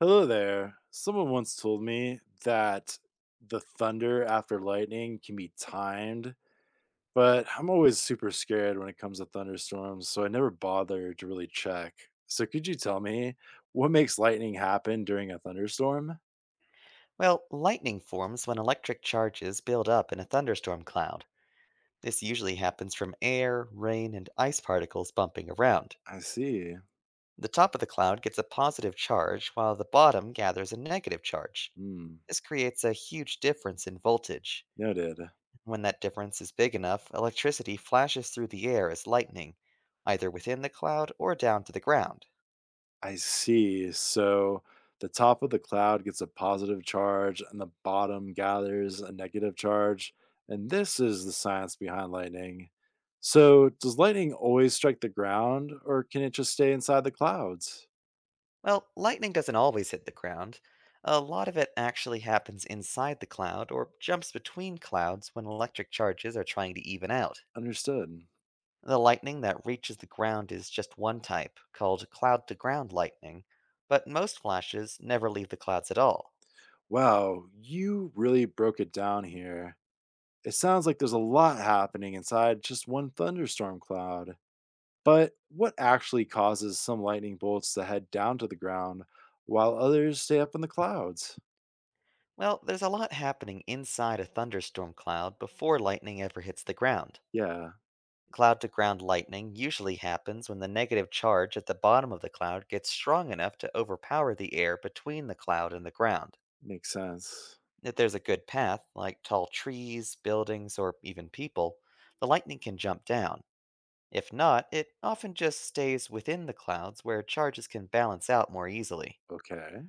Hello there. Someone once told me that the thunder after lightning can be timed, but I'm always super scared when it comes to thunderstorms, so I never bother to really check. So could you tell me what makes lightning happen during a thunderstorm? Well, lightning forms when electric charges build up in a thunderstorm cloud. This usually happens from air, rain, and ice particles bumping around. I see. The top of the cloud gets a positive charge while the bottom gathers a negative charge. Hmm. This creates a huge difference in voltage. Noted. When that difference is big enough, electricity flashes through the air as lightning, either within the cloud or down to the ground. I see. So the top of the cloud gets a positive charge and the bottom gathers a negative charge. And this is the science behind lightning. So, does lightning always strike the ground or can it just stay inside the clouds? Well, lightning doesn't always hit the ground. A lot of it actually happens inside the cloud or jumps between clouds when electric charges are trying to even out. Understood. The lightning that reaches the ground is just one type, called cloud to ground lightning, but most flashes never leave the clouds at all. Wow, you really broke it down here. It sounds like there's a lot happening inside just one thunderstorm cloud. But what actually causes some lightning bolts to head down to the ground while others stay up in the clouds? Well, there's a lot happening inside a thunderstorm cloud before lightning ever hits the ground. Yeah, Cloud to ground lightning usually happens when the negative charge at the bottom of the cloud gets strong enough to overpower the air between the cloud and the ground. makes sense. If there's a good path, like tall trees, buildings, or even people, the lightning can jump down. If not, it often just stays within the clouds where charges can balance out more easily. Okay.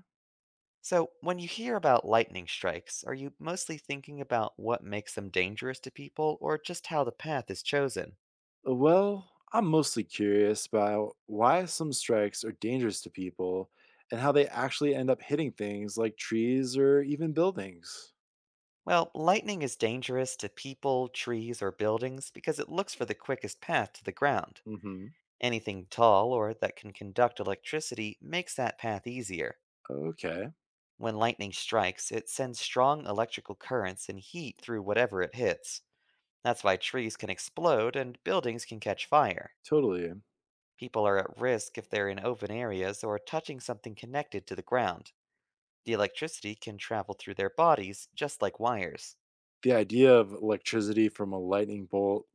So, when you hear about lightning strikes, are you mostly thinking about what makes them dangerous to people or just how the path is chosen? Well, I'm mostly curious about why some strikes are dangerous to people and how they actually end up hitting things like trees or even buildings. Well, lightning is dangerous to people, trees, or buildings because it looks for the quickest path to the ground. Mhm. Anything tall or that can conduct electricity makes that path easier. Okay. When lightning strikes, it sends strong electrical currents and heat through whatever it hits. That's why trees can explode and buildings can catch fire. Totally. People are at risk if they're in open areas or touching something connected to the ground. The electricity can travel through their bodies just like wires. The idea of electricity from a lightning bolt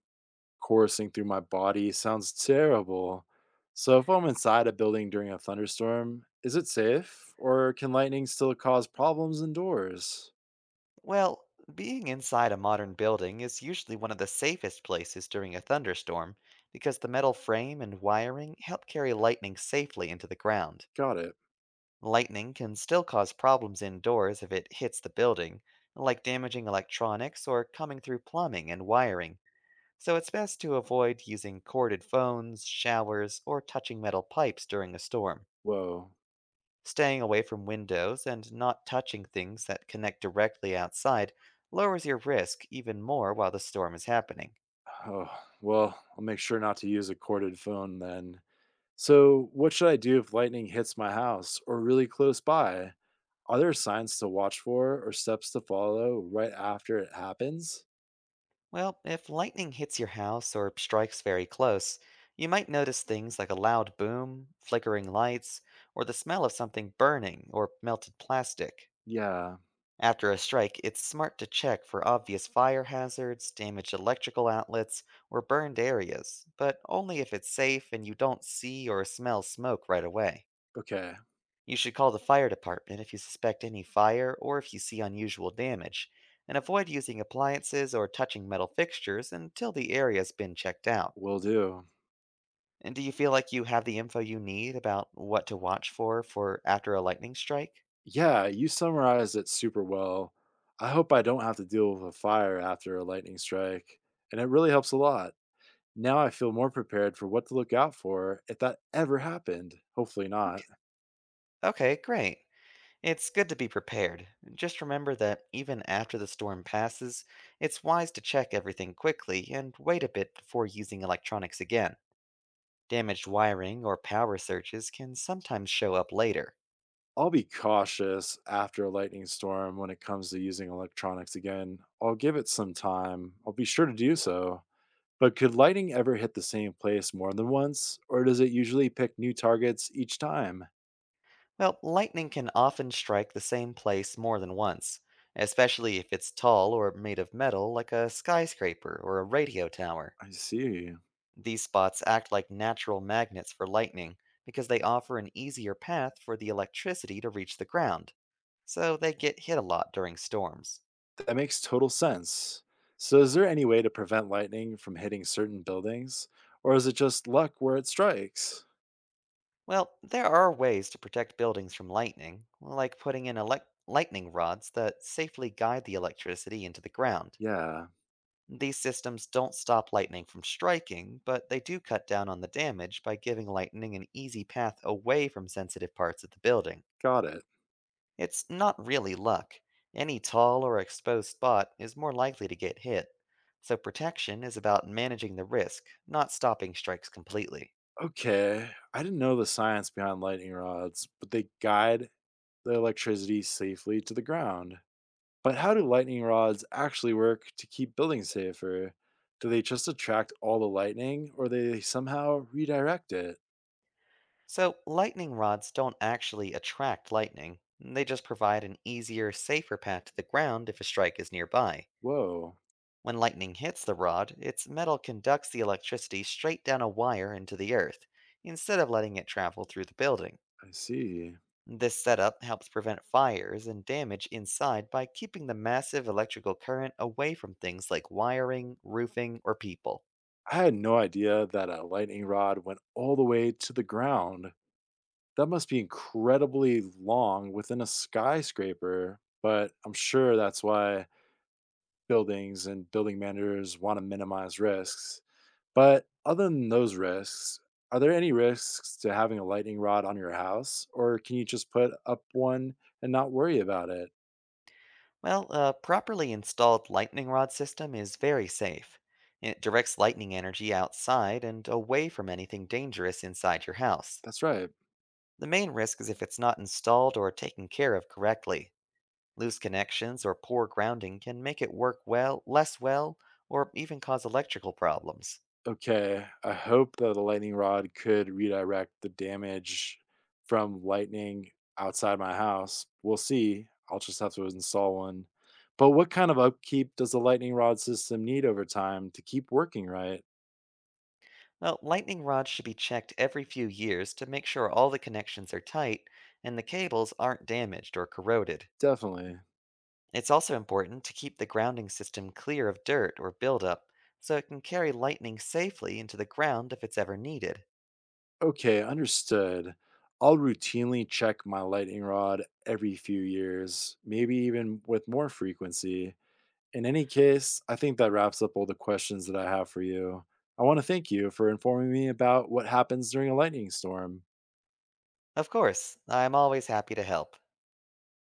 coursing through my body sounds terrible. So if I'm inside a building during a thunderstorm, is it safe or can lightning still cause problems indoors? Well, being inside a modern building is usually one of the safest places during a thunderstorm because the metal frame and wiring help carry lightning safely into the ground. Got it. Lightning can still cause problems indoors if it hits the building, like damaging electronics or coming through plumbing and wiring, so it's best to avoid using corded phones, showers, or touching metal pipes during a storm. Whoa. Staying away from windows and not touching things that connect directly outside lowers your risk even more while the storm is happening. Oh, well, I'll make sure not to use a corded phone then. So, what should I do if lightning hits my house or really close by? Are there signs to watch for or steps to follow right after it happens? Well, if lightning hits your house or strikes very close, you might notice things like a loud boom, flickering lights, or the smell of something burning or melted plastic. Yeah, After a strike, it's smart to check for obvious fire hazards, damaged electrical outlets, or burned areas, but only if it's safe and you don't see or smell smoke right away. okay, You should call the fire department if you suspect any fire or if you see unusual damage, and avoid using appliances or touching metal fixtures until the area's been checked out. will do. And do you feel like you have the info you need about what to watch for after a lightning strike? Yeah, you summarized it super well. I hope I don't have to deal with a fire after a lightning strike, and it really helps a lot. Now I feel more prepared for what to look out for if that ever happened. Hopefully not. Okay. Okay, great. It's good to be prepared. Just remember that even after the storm passes, it's wise to check everything quickly and wait a bit before using electronics again. Damaged wiring or power surges can sometimes show up later. I'll be cautious after a lightning storm when it comes to using electronics again. I'll give it some time. I'll be sure to do so. But could lightning ever hit the same place more than once, or does it usually pick new targets each time? Well, lightning can often strike the same place more than once, especially if it's tall or made of metal like a skyscraper or a radio tower. I see. These spots act like natural magnets for lightning because they offer an easier path for the electricity to reach the ground, so they get hit a lot during storms. That makes total sense. So, is there any way to prevent lightning from hitting certain buildings, or is it just luck where it strikes? Well, there are ways to protect buildings from lightning, like putting in elec lightning rods that safely guide the electricity into the ground. Yeah, These systems don't stop lightning from striking, but they do cut down on the damage by giving lightning an easy path away from sensitive parts of the building. got it. It's not really luck. Any tall or exposed spot is more likely to get hit. So protection is about managing the risk, not stopping strikes completely. Okay, I didn't know the science behind lightning rods, but they guide the electricity safely to the ground. But how do lightning rods actually work to keep buildings safer? Do they just attract all the lightning or they somehow redirect it? So lightning rods don't actually attract lightning, they just provide an easier, safer path to the ground if a strike is nearby. Whoa, When lightning hits the rod, its metal conducts the electricity straight down a wire into the earth, instead of letting it travel through the building. I see. This setup helps prevent fires and damage inside by keeping the massive electrical current away from things like wiring, roofing, or people. I had no idea that a lightning rod went all the way to the ground. That must be incredibly long within a skyscraper, but I'm sure that's why buildings and building managers want to minimize risks. But other than those risks, are there any risks to having a lightning rod on your house, or can you just put up one and not worry about it? Well, a properly installed lightning rod system is very safe. It directs lightning energy outside and away from anything dangerous inside your house. That's right. The main risk is if it's not installed or taken care of correctly. Loose connections or poor grounding can make it work well, less well, or even cause electrical problems. Okay, I hope that the lightning rod could redirect the damage from lightning outside my house. We'll see. I'll just have to install one. But what kind of upkeep does the lightning rod system need over time to keep working right? Now, lightning rods should be checked every few years to make sure all the connections are tight and the cables aren't damaged or corroded. Definitely. It's also important to keep the grounding system clear of dirt or buildup so it can carry lightning safely into the ground if it's ever needed. Okay, understood. I'll routinely check my lightning rod every few years, maybe even with more frequency. In any case, I think that wraps up all the questions that I have for you. I want to thank you for informing me about what happens during a lightning storm. Of course, I'm always happy to help.